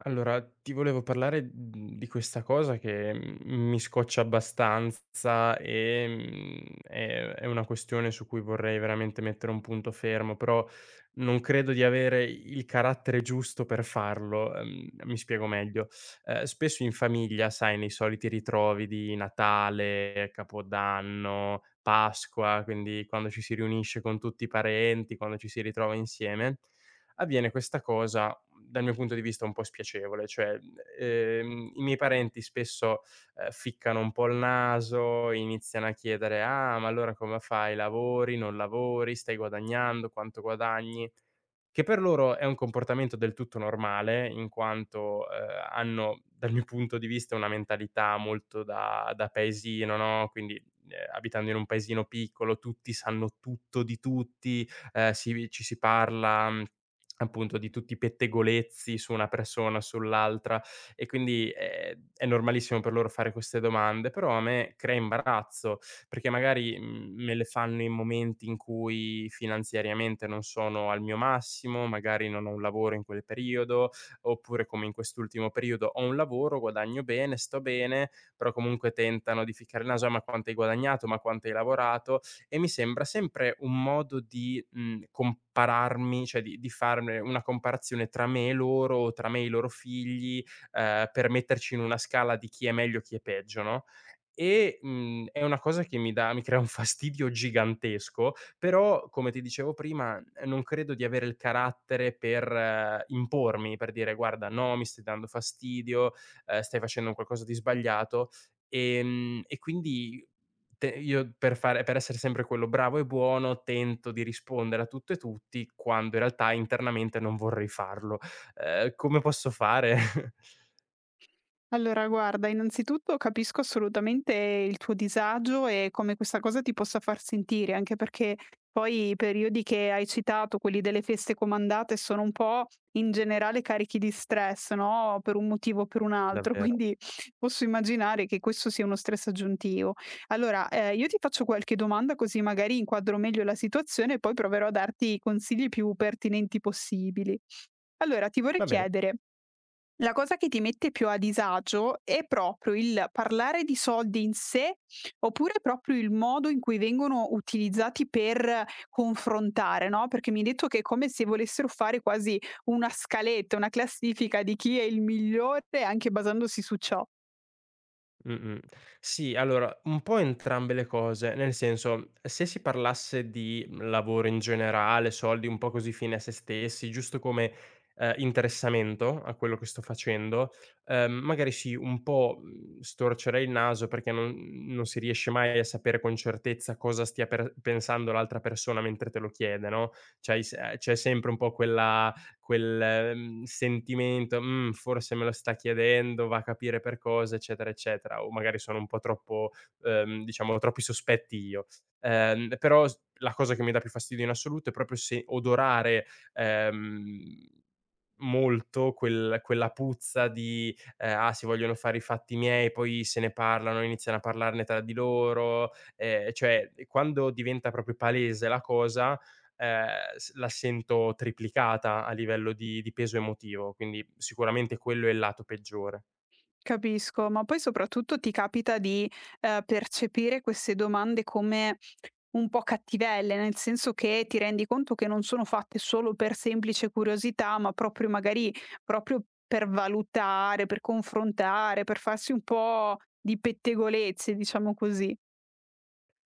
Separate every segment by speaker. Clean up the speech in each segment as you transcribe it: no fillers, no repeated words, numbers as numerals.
Speaker 1: Allora, ti volevo parlare, di questa cosa che, mi scoccia abbastanza e, è una questione su cui vorrei veramente mettere un punto fermo, però non credo di avere il carattere giusto per farlo. Mi spiego meglio: spesso in famiglia, sai, nei soliti ritrovi di Natale, Capodanno, Pasqua, quindi quando ci si riunisce con tutti i parenti, quando ci si ritrova insieme avviene questa cosa, dal mio punto di vista un po' spiacevole, cioè, i miei parenti spesso, ficcano un po' il naso, iniziano a chiedere: "Ah, ma allora come fai? Lavori? Non lavori? Stai guadagnando? Quanto guadagni?" Che per loro è un comportamento del tutto normale, in quanto, hanno, dal mio punto di vista, una mentalità molto da paesino, no, quindi, abitando in un paesino piccolo tutti sanno tutto di tutti, ci si parla, appunto di tutti i pettegolezzi su una persona, sull'altra e quindi, è normalissimo per loro fare queste domande, però a me crea imbarazzo perché magari, me le fanno in momenti in cui finanziariamente non sono al mio massimo, magari non ho un lavoro in quel periodo, oppure come in quest'ultimo periodo ho un lavoro, guadagno bene, sto bene, però comunque tentano di ficcare il naso: "Ah, ma quanto hai guadagnato? Ma quanto hai lavorato?" E mi sembra sempre un modo di, compararmi, cioè di farne una comparazione tra me e loro, o tra me e i loro figli, per metterci in una scala di chi è meglio, e chi è peggio, no? E, è una cosa che mi crea un fastidio gigantesco, però come ti dicevo prima, non credo di avere il carattere per impormi, per dire: "Guarda no, mi stai dando fastidio, stai facendo un qualcosa di sbagliato". E quindi te io per essere sempre quello bravo e buono, tento di rispondere a tutto e tutti, quando in realtà internamente non vorrei farlo. Come posso fare?
Speaker 2: Allora, guarda, innanzitutto capisco assolutamente il tuo disagio e come questa cosa ti possa far sentire, anche perché poi i periodi che hai citato, quelli delle feste comandate, sono un po' in generale carichi di stress, no? Per un motivo o per un altro,
Speaker 1: Davvero.
Speaker 2: quindi posso immaginare che questo sia uno stress aggiuntivo. Allora, io ti faccio qualche domanda così magari inquadro meglio la situazione e poi proverò a darti i consigli più pertinenti possibili. Allora, ti vorrei
Speaker 1: Va bene.
Speaker 2: chiedere, la cosa che ti mette più a disagio è proprio il parlare di soldi in sé, oppure proprio il modo in cui vengono utilizzati per confrontare, no, perché mi hai detto che è come se volessero fare quasi una scaletta, una classifica di chi è il migliore anche basandosi su ciò.
Speaker 1: Mh-mh. Sì, allora, un po' entrambe le cose, nel senso, se si parlasse di lavoro in generale, soldi un po' così fine a se stessi, giusto come, interessamento a quello che sto facendo, magari sì, un po', storcerei il naso perché non si riesce mai a sapere con certezza cosa stia per pensando l'altra persona mentre te lo chiede, no, c'hai se c'è sempre un po' quel, sentimento: "Mhmm, forse me lo sta chiedendo, va a capire per cosa", eccetera, eccetera, o magari sono un po' troppo diciamo, ho troppi sospetti io. Però s la cosa che mi dà più fastidio in assoluto è proprio se odorare, ehm, molto quella puzza di, "Ah, si vogliono fare i fatti miei", poi se ne parlano, iniziano a parlarne tra di loro, cioè quando diventa proprio palese la cosa, s la sento triplicata a livello di peso emotivo, quindi sicuramente quello è il lato peggiore.
Speaker 2: Capisco, ma poi soprattutto ti capita di, percepire queste domande come un po' cattivelle, nel senso che ti rendi conto che non sono fatte solo per semplice curiosità, ma proprio magari proprio per valutare, per confrontare, per farsi un po' di pettegolezzi, diciamo così.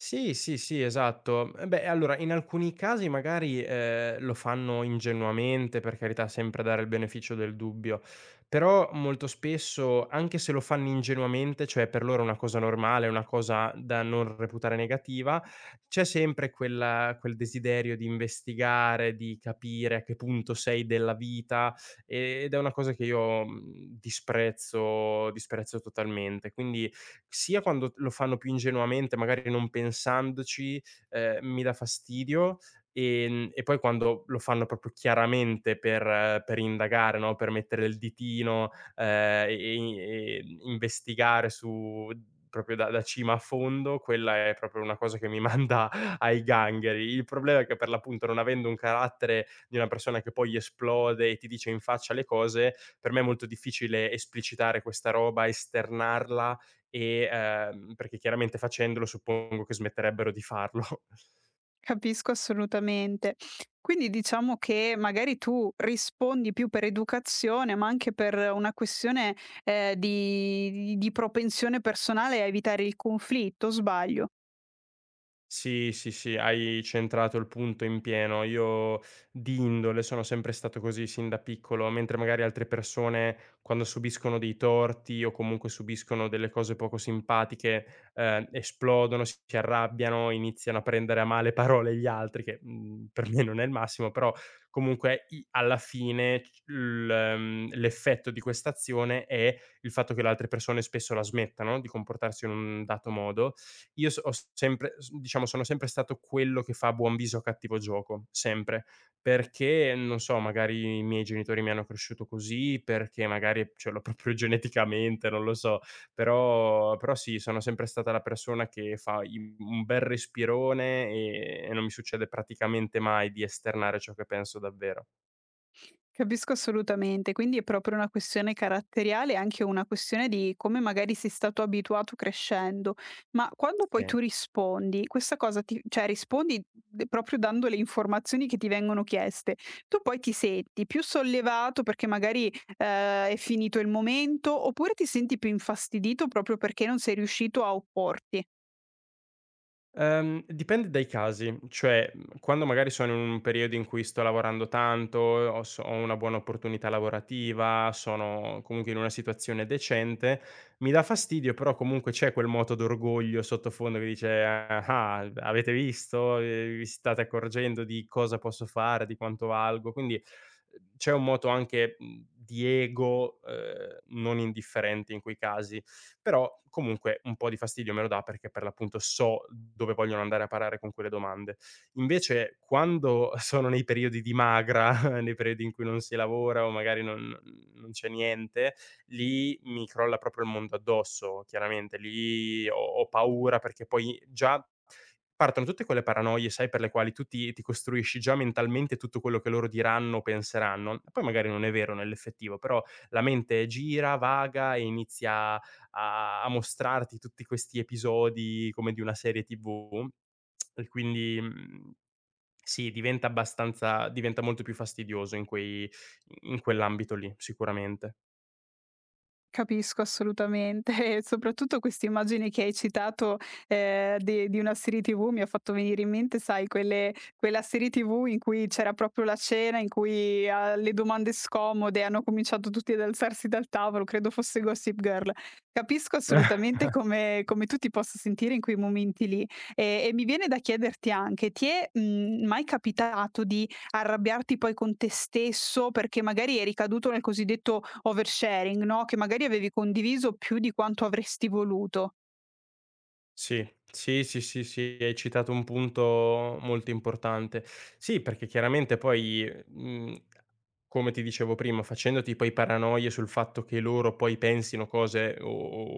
Speaker 1: Sì, sì, sì, esatto. Eh beh, allora in alcuni casi magari, lo fanno ingenuamente, per carità, sempre dare il beneficio del dubbio, però molto spesso, anche se lo fanno ingenuamente, cioè per loro è una cosa normale, una cosa da non reputare negativa, c'è sempre quel desiderio di investigare, di capire a che punto sei della vita, ed è una cosa che io, disprezzo totalmente. Quindi sia quando lo fanno più ingenuamente, magari non pensandoci, mi dà fastidio, e poi quando lo fanno proprio chiaramente per indagare, no, per mettere il ditino, e investigare su proprio da cima a fondo, quella è proprio una cosa che mi manda ai gangheri. Il problema è che per l'appunto, non avendo un carattere di una persona che poi esplode e ti dice in faccia le cose, per me è molto difficile esplicitare questa roba, esternarla e, perché chiaramente facendolo suppongo che smetterebbero di farlo.
Speaker 2: Capisco assolutamente. Quindi diciamo che magari tu rispondi più per educazione, ma anche per una questione di, di propensione personale a evitare il conflitto, sbaglio?
Speaker 1: Sì, sì, sì, hai centrato il punto in pieno. Io di indole sono sempre stato così sin da piccolo, mentre magari altre persone quando subiscono dei torti o comunque subiscono delle cose poco simpatiche, esplodono, si arrabbiano, iniziano a prendere a male parole gli altri, che, per me non è il massimo, però comunque i alla fine c l l'effetto di quest'azione è il fatto che le altre persone spesso la smettano di comportarsi in un dato modo io so ho sempre s diciamo, sono sempre stato quello che fa buon viso a cattivo gioco, sempre. Perché, non so, magari i miei genitori mi hanno cresciuto così, perché magari ce l'ho proprio geneticamente, non lo so. Però però sì, sono sempre stata la persona che fa i un bel respirone e non mi succede praticamente mai di esternare ciò che penso davvero.
Speaker 2: Capisco assolutamente, quindi è proprio una questione caratteriale e anche una questione di come magari sei stato abituato crescendo. Ma quando poi
Speaker 1: Sì.
Speaker 2: tu rispondi, questa cosa ti cioè rispondi d proprio dando le informazioni che ti vengono chieste, tu poi ti senti più sollevato perché magari, è finito il momento, oppure ti senti più infastidito proprio perché non sei riuscito a opporti?
Speaker 1: Dipende dai casi, cioè, quando magari sono in un periodo in cui sto lavorando tanto, ho una buona opportunità lavorativa, sono comunque in una situazione decente, mi dà fastidio, però comunque c'è quel moto d'orgoglio sottofondo che dice: "Ah, avete visto? Vi state accorgendo di cosa posso fare, di quanto valgo?" Quindi, c'è un moto anche, di ego, non indifferente in quei casi però comunque un po' di fastidio me lo dà perché per l'appunto so dove vogliono andare a parare con quelle domande. Invece quando sono nei periodi di magra, nei periodi in cui non si lavora o magari non c'è niente, lì mi crolla proprio il mondo addosso, chiaramente. Lì ho paura perché poi già partono tutte quelle paranoie, sai, per le quali tu ti costruisci già mentalmente tutto quello che loro diranno o penseranno. Poi magari non è vero nell'effettivo, però la mente gira, vaga e inizia a mostrarti tutti questi episodi come di una serie TV e quindi, sì, diventa molto più fastidioso in quell'ambito lì, sicuramente.
Speaker 2: Capisco assolutamente e soprattutto questa immagine che hai citato, di una serie TV mi ha fatto venire in mente, sai, quelle quella serie TV in cui c'era proprio la cena, in cui alle domande scomode hanno cominciato tutti ad alzarsi dal tavolo, credo fosse Gossip Girl. Capisco assolutamente come tu ti possa sentire in quei momenti lì. E mi viene da chiederti anche: ti è, mai capitato di arrabbiarti poi con te stesso perché magari eri caduto nel cosiddetto oversharing, no, che magari avevi condiviso più di quanto avresti voluto.
Speaker 1: Sì, sì, sì, sì, sì, hai citato un punto molto importante. Sì, perché chiaramente poi, come ti dicevo prima, facendoti poi paranoie sul fatto che loro poi pensino cose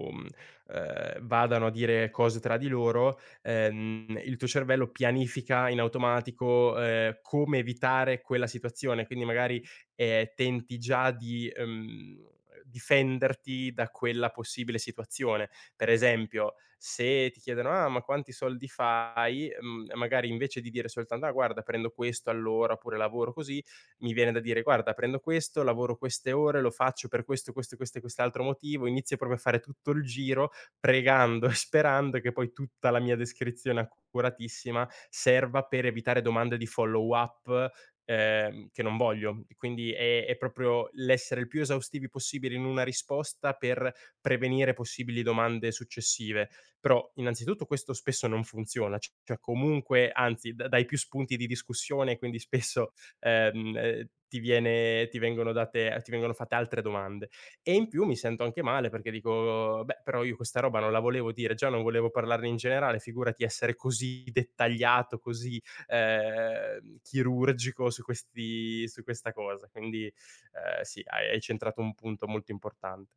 Speaker 1: o, vadano a dire cose tra di loro, il tuo cervello pianifica in automatico, come evitare quella situazione. Quindi magari, tenti già di, difenderti da quella possibile situazione. Per esempio, se ti chiedono: "Ah, ma quanti soldi fai?" Mhmm, magari invece di dire soltanto: "Ah, guarda prendo questo all'ora, oppure lavoro così", mi viene da dire: "Guarda prendo questo, lavoro queste ore, lo faccio per questo, questo, questo e quest'altro motivo". Inizio proprio a fare tutto il giro, pregando e sperando che poi tutta la mia descrizione accuratissima serva per evitare domande di follow up, che non voglio. Quindi è proprio l'essere il più esaustivi possibile in una risposta per prevenire possibili domande successive. Però innanzitutto questo spesso non funziona, c cioè comunque anzi d dai più spunti di discussione, quindi spesso, ti viene ti vengono date ti vengono fatte altre domande. E in più mi sento anche male perché dico: "Beh, però io questa roba non la volevo dire, già non volevo parlarne in generale, figurati essere così dettagliato, così, chirurgico su questi su questa cosa". Quindi, sì, hai centrato un punto molto importante.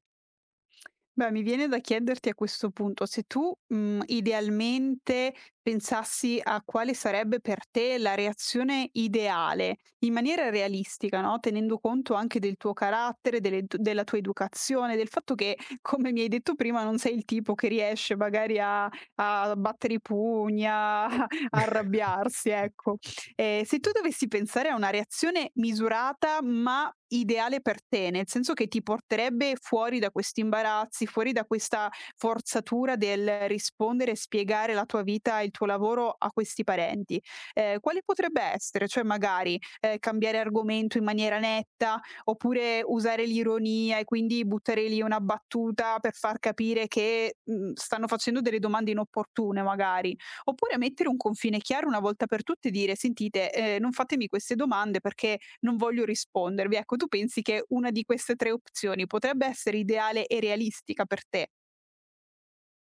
Speaker 2: Beh, mi viene da chiederti a questo punto, se tu, idealmente pensassi a quale sarebbe per te la reazione ideale, in maniera realistica, no, tenendo conto anche del tuo carattere, delle t della tua educazione, del fatto che, come mi hai detto prima, non sei il tipo che riesce magari a battere i pugni, a a arrabbiarsi, ecco. Se tu dovessi pensare a una reazione misurata, ma ideale per te, nel senso che ti porterebbe fuori da questi imbarazzi, fuori da questa forzatura del rispondere e spiegare la tua vita e il tuo lavoro a questi parenti, quale potrebbe essere? Cioè magari, cambiare argomento in maniera netta, oppure usare l'ironia e quindi buttare lì una battuta per far capire che, stanno facendo delle domande inopportune magari. Oppure mettere un confine chiaro una volta per tutte e dire: "Sentite, non fatemi queste domande perché non voglio rispondervi". Ecco, tu pensi che una di queste 3 opzioni potrebbe essere ideale e realistica per te?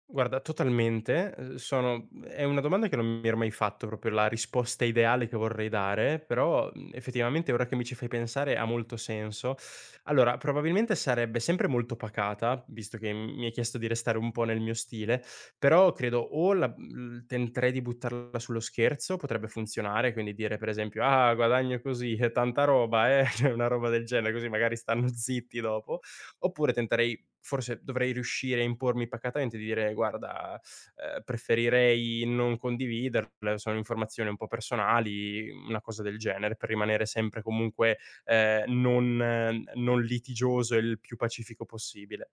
Speaker 1: Guarda, totalmente. È una domanda che non mi ero mai fatto, proprio la risposta ideale che vorrei dare, però, effettivamente ora che mi ci fai pensare ha molto senso. Allora, probabilmente sarebbe sempre molto pacata, visto che m mi hai chiesto di restare un po' nel mio stile, però credo tenterei di buttarla sullo scherzo, potrebbe funzionare, quindi dire per esempio: "Ah, guadagno così, tanta roba, cioè una roba del genere, così magari stanno zitti dopo. Oppure tenterei forse dovrei riuscire a impormi pacatamente di dire: "Guarda, preferirei non condividerle, sono informazioni un po' personali", una cosa del genere, per rimanere sempre comunque, non litigioso e il più pacifico possibile.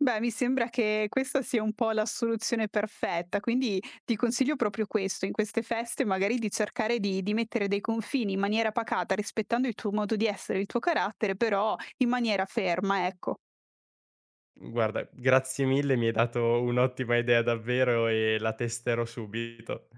Speaker 2: Beh, mi sembra che questa sia un po' la soluzione perfetta, quindi ti consiglio proprio questo, in queste feste magari di cercare di mettere dei confini in maniera pacata, rispettando il tuo modo di essere, il tuo carattere, però in maniera ferma, ecco.
Speaker 1: Guarda, grazie mille, mi hai dato un'ottima idea davvero e la testerò subito.